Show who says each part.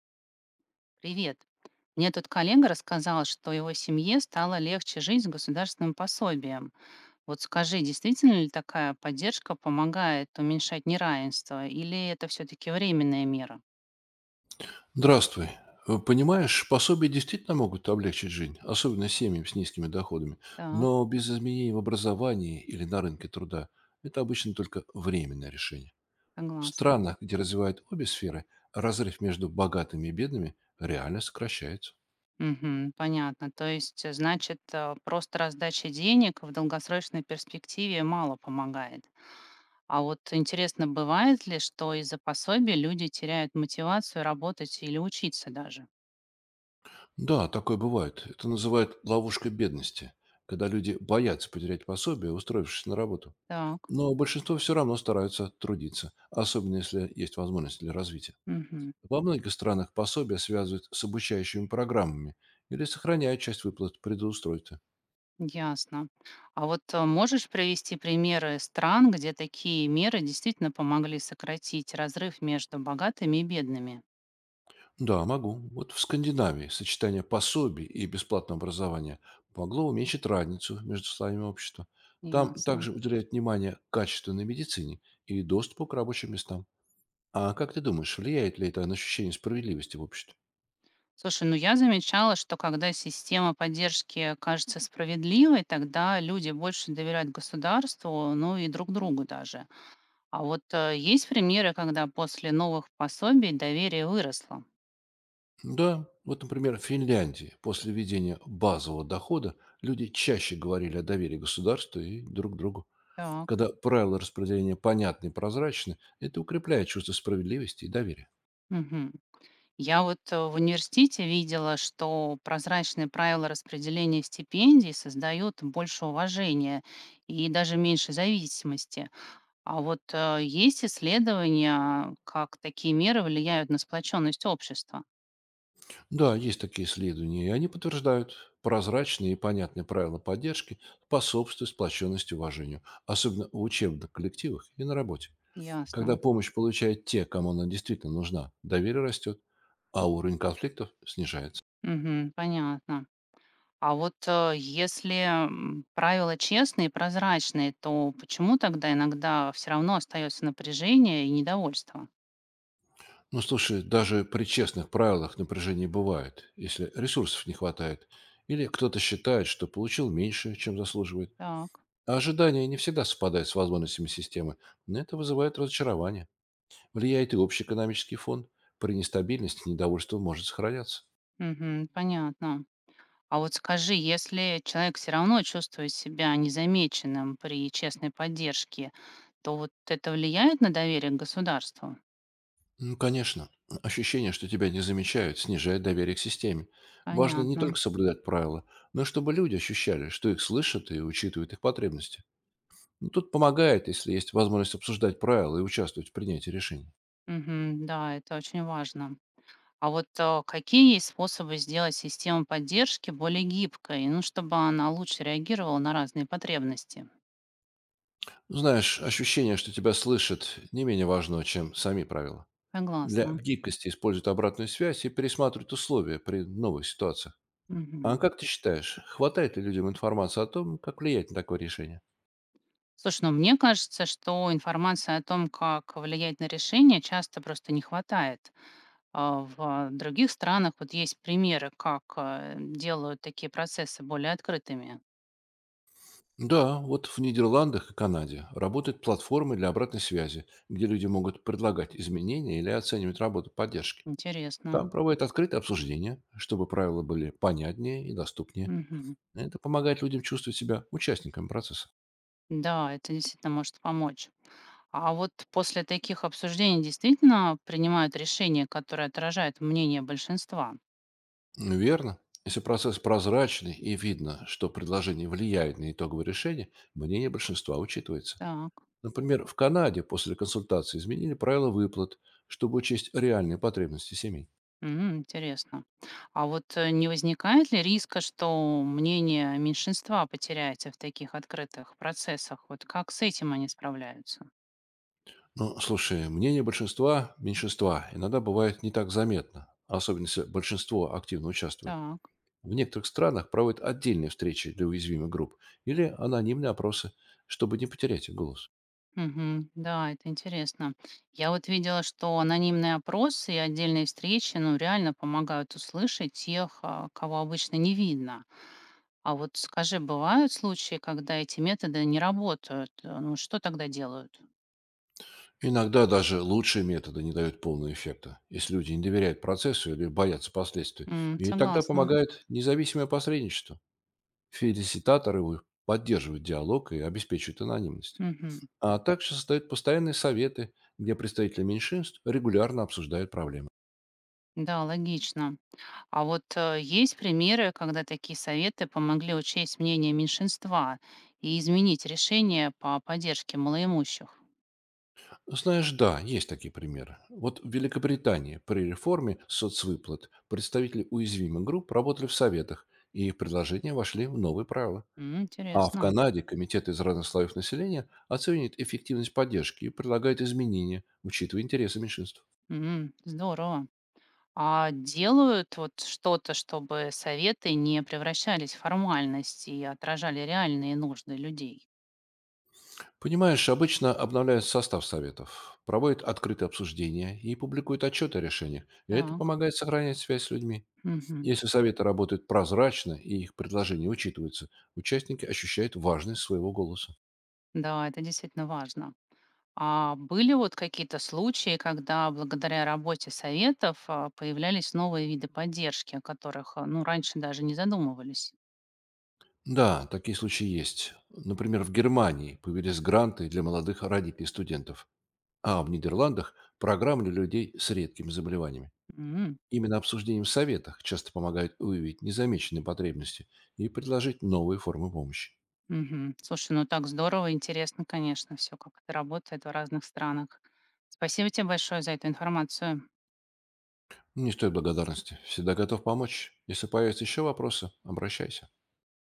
Speaker 1: Привет. Мне тут коллега рассказал, что его семье стало легче жить с государственным пособием. Вот скажи, действительно ли такая поддержка помогает уменьшать неравенство, или это все-таки временная мера?
Speaker 2: Здравствуй. Понимаешь, пособия действительно могут облегчить жизнь, особенно семьям с низкими доходами.
Speaker 1: Так,
Speaker 2: Но без изменений в образовании или на рынке труда это обычно только временное решение. В
Speaker 1: согласна.
Speaker 2: странах, где развивают обе сферы, разрыв между богатыми и бедными реально сокращается.
Speaker 1: Мгм, понятно. То есть, значит, просто раздача денег в долгосрочной перспективе мало помогает. А вот интересно, бывает ли, что из-за пособия люди теряют мотивацию работать или учиться даже?
Speaker 2: Да, такое бывает. Это называют ловушкой бедности, когда люди боятся потерять пособие, устроившись на работу.
Speaker 1: Так.
Speaker 2: Но большинство все равно стараются трудиться, особенно если есть возможность для развития.
Speaker 1: Мгм.
Speaker 2: Во многих странах пособия связывают с обучающими программами или сохраняют часть выплат предустройства.
Speaker 1: Ясно. А вот можешь привести примеры стран, где такие меры действительно помогли сократить разрыв между богатыми и бедными?
Speaker 2: Да, могу. Вот в Скандинавии сочетание пособий и бесплатного образования могло уменьшить разницу между слоями общества. Там
Speaker 1: Ясно.
Speaker 2: также уделяют внимание качественной медицине и доступу к рабочим местам. А как ты думаешь, влияет ли это на ощущение справедливости в обществе?
Speaker 1: Слушай, ну я замечала, что когда система поддержки кажется справедливой, тогда люди больше доверяют государству, ну и друг другу даже. А вот есть примеры, когда после новых пособий доверие выросло.
Speaker 2: Да, вот, например, в Финляндии после введения базового дохода люди чаще говорили о доверии государству и друг другу.
Speaker 1: Так.
Speaker 2: Когда правила распределения понятны и прозрачны, это укрепляет чувство справедливости и доверия.
Speaker 1: Мгм. Я вот в университете видела, что прозрачные правила распределения стипендий создают больше уважения и даже меньше зависимости. А вот есть исследования, как такие меры влияют на сплоченность общества.
Speaker 2: Да, есть такие исследования, и они подтверждают, прозрачные и понятные правила поддержки способствуют сплоченности и уважению, особенно в учебных коллективах и на работе.
Speaker 1: Ясно.
Speaker 2: Когда помощь получают те, кому она действительно нужна, доверие растет, а уровень конфликтов снижается.
Speaker 1: Мгм, понятно. А вот если правила честные и прозрачные, то почему тогда иногда все равно остается напряжение и недовольство?
Speaker 2: Ну, слушай, даже при честных правилах напряжение бывает, если ресурсов не хватает, или кто-то считает, что получил меньше, чем заслуживает.
Speaker 1: Так,
Speaker 2: Ожидания не всегда совпадают с возможностями системы, но это вызывает разочарование. Влияет и общий экономический фон. При нестабильности недовольство может сохраняться.
Speaker 1: мгм, понятно. А вот скажи, если человек все равно чувствует себя незамеченным при честной поддержке, то вот это влияет на доверие к государству?
Speaker 2: Ну, конечно, ощущение, что тебя не замечают, снижает доверие к системе. Важно не
Speaker 1: Понятно.
Speaker 2: только соблюдать правила, но и чтобы люди ощущали, что их слышат и учитывают их потребности. Ну, тут помогает, если есть возможность обсуждать правила и участвовать в принятии решений.
Speaker 1: Мгм. Да, это очень важно. А вот какие есть способы сделать систему поддержки более гибкой, ну, чтобы она лучше реагировала на разные потребности?
Speaker 2: Знаешь, ощущение, что тебя слышат, не менее важно, чем сами правила. Для
Speaker 1: Согласна.
Speaker 2: гибкости используют обратную связь и пересматривают условия при новых ситуациях. А
Speaker 1: Мгм.
Speaker 2: как ты считаешь, хватает ли людям информации о том, как влиять на такое решение?
Speaker 1: Слушай, ну мне кажется, что информации о том, как влиять на решение, часто просто не хватает. Других странах вот есть примеры, как, делают такие процессы более открытыми.
Speaker 2: Да, вот в Нидерландах и Канаде работают платформы для обратной связи, где люди могут предлагать изменения или оценивать работу поддержки.
Speaker 1: Интересно.
Speaker 2: Там проводят открытое обсуждение, чтобы правила были понятнее и доступнее.
Speaker 1: Мгм.
Speaker 2: Это помогает людям чувствовать себя участниками процесса.
Speaker 1: Да, это действительно может помочь. А вот после таких обсуждений действительно принимают решения, которые отражают мнение большинства?
Speaker 2: Ну, верно. Если процесс прозрачный и видно, что предложение влияет на итоговое решение, мнение большинства учитывается.
Speaker 1: Так.
Speaker 2: Например, в Канаде после консультации изменили правила выплат, чтобы учесть реальные потребности семей.
Speaker 1: М, интересно. А вот, не возникает ли риска, что мнение меньшинства потеряется в таких открытых процессах? Вот как с этим они справляются?
Speaker 2: Но, слушай, мнение большинства– меньшинства иногда бывает не так заметно, особенно если большинство активно участвует.
Speaker 1: Так.
Speaker 2: В некоторых странах проводят отдельные встречи для уязвимых групп или анонимные опросы, чтобы не потерять их голос.
Speaker 1: Мгм. Да, это интересно. Я вот видела, что анонимные опросы и отдельные встречи, ну, реально помогают услышать тех, а, кого обычно не видно. А вот скажи, бывают случаи, когда эти методы не работают? Ну, что тогда делают?
Speaker 2: Иногда даже лучшие методы не дают полного эффекта, если люди не доверяют процессу или боятся последствий.
Speaker 1: М,
Speaker 2: И тогда
Speaker 1: согласна.
Speaker 2: помогает независимое посредничество. Фелиситаторы поддерживают диалог и обеспечивают анонимность.
Speaker 1: Мгм.
Speaker 2: А также создают постоянные советы, где представители меньшинств регулярно обсуждают проблемы.
Speaker 1: Да, логично. А вот есть примеры, когда такие советы помогли учесть мнение меньшинства и изменить решение по поддержке малоимущих?
Speaker 2: Знаешь, да, есть такие примеры. Вот в Великобритании при реформе соцвыплат представители уязвимых групп работали в советах, и их предложения вошли в новые правила.
Speaker 1: М,
Speaker 2: А в
Speaker 1: интересно.
Speaker 2: Канаде комитет из разных слоев населения оценивает эффективность поддержки и предлагает изменения, учитывая интересы меньшинств.
Speaker 1: М, здорово. А делают вот что-то, чтобы советы не превращались в формальность и отражали реальные нужды людей.
Speaker 2: Понимаешь, обычно обновляют состав советов, проводят открытые обсуждения и публикуют отчеты о решениях. И это
Speaker 1: Так,
Speaker 2: помогает сохранять связь с людьми.
Speaker 1: мгм.
Speaker 2: Если советы работают прозрачно и их предложения учитываются, участники ощущают важность своего голоса.
Speaker 1: Да, это действительно важно. А были вот какие-то случаи, когда благодаря работе советов а, появлялись новые виды поддержки, о которых, а, ну, раньше даже не задумывались?
Speaker 2: Да, такие случаи есть. Например, в Германии появились гранты для молодых родителей и студентов, а в Нидерландах– программы для людей с редкими заболеваниями.
Speaker 1: М,
Speaker 2: Именно обсуждение в советах часто помогает выявить незамеченные потребности и предложить новые формы помощи.
Speaker 1: мгм. Слушай, ну так здорово, интересно, конечно, все, как это работает в разных странах. Спасибо тебе большое за эту информацию.
Speaker 2: Не стоит благодарности. Всегда готов помочь. Если появятся еще вопросы, обращайся.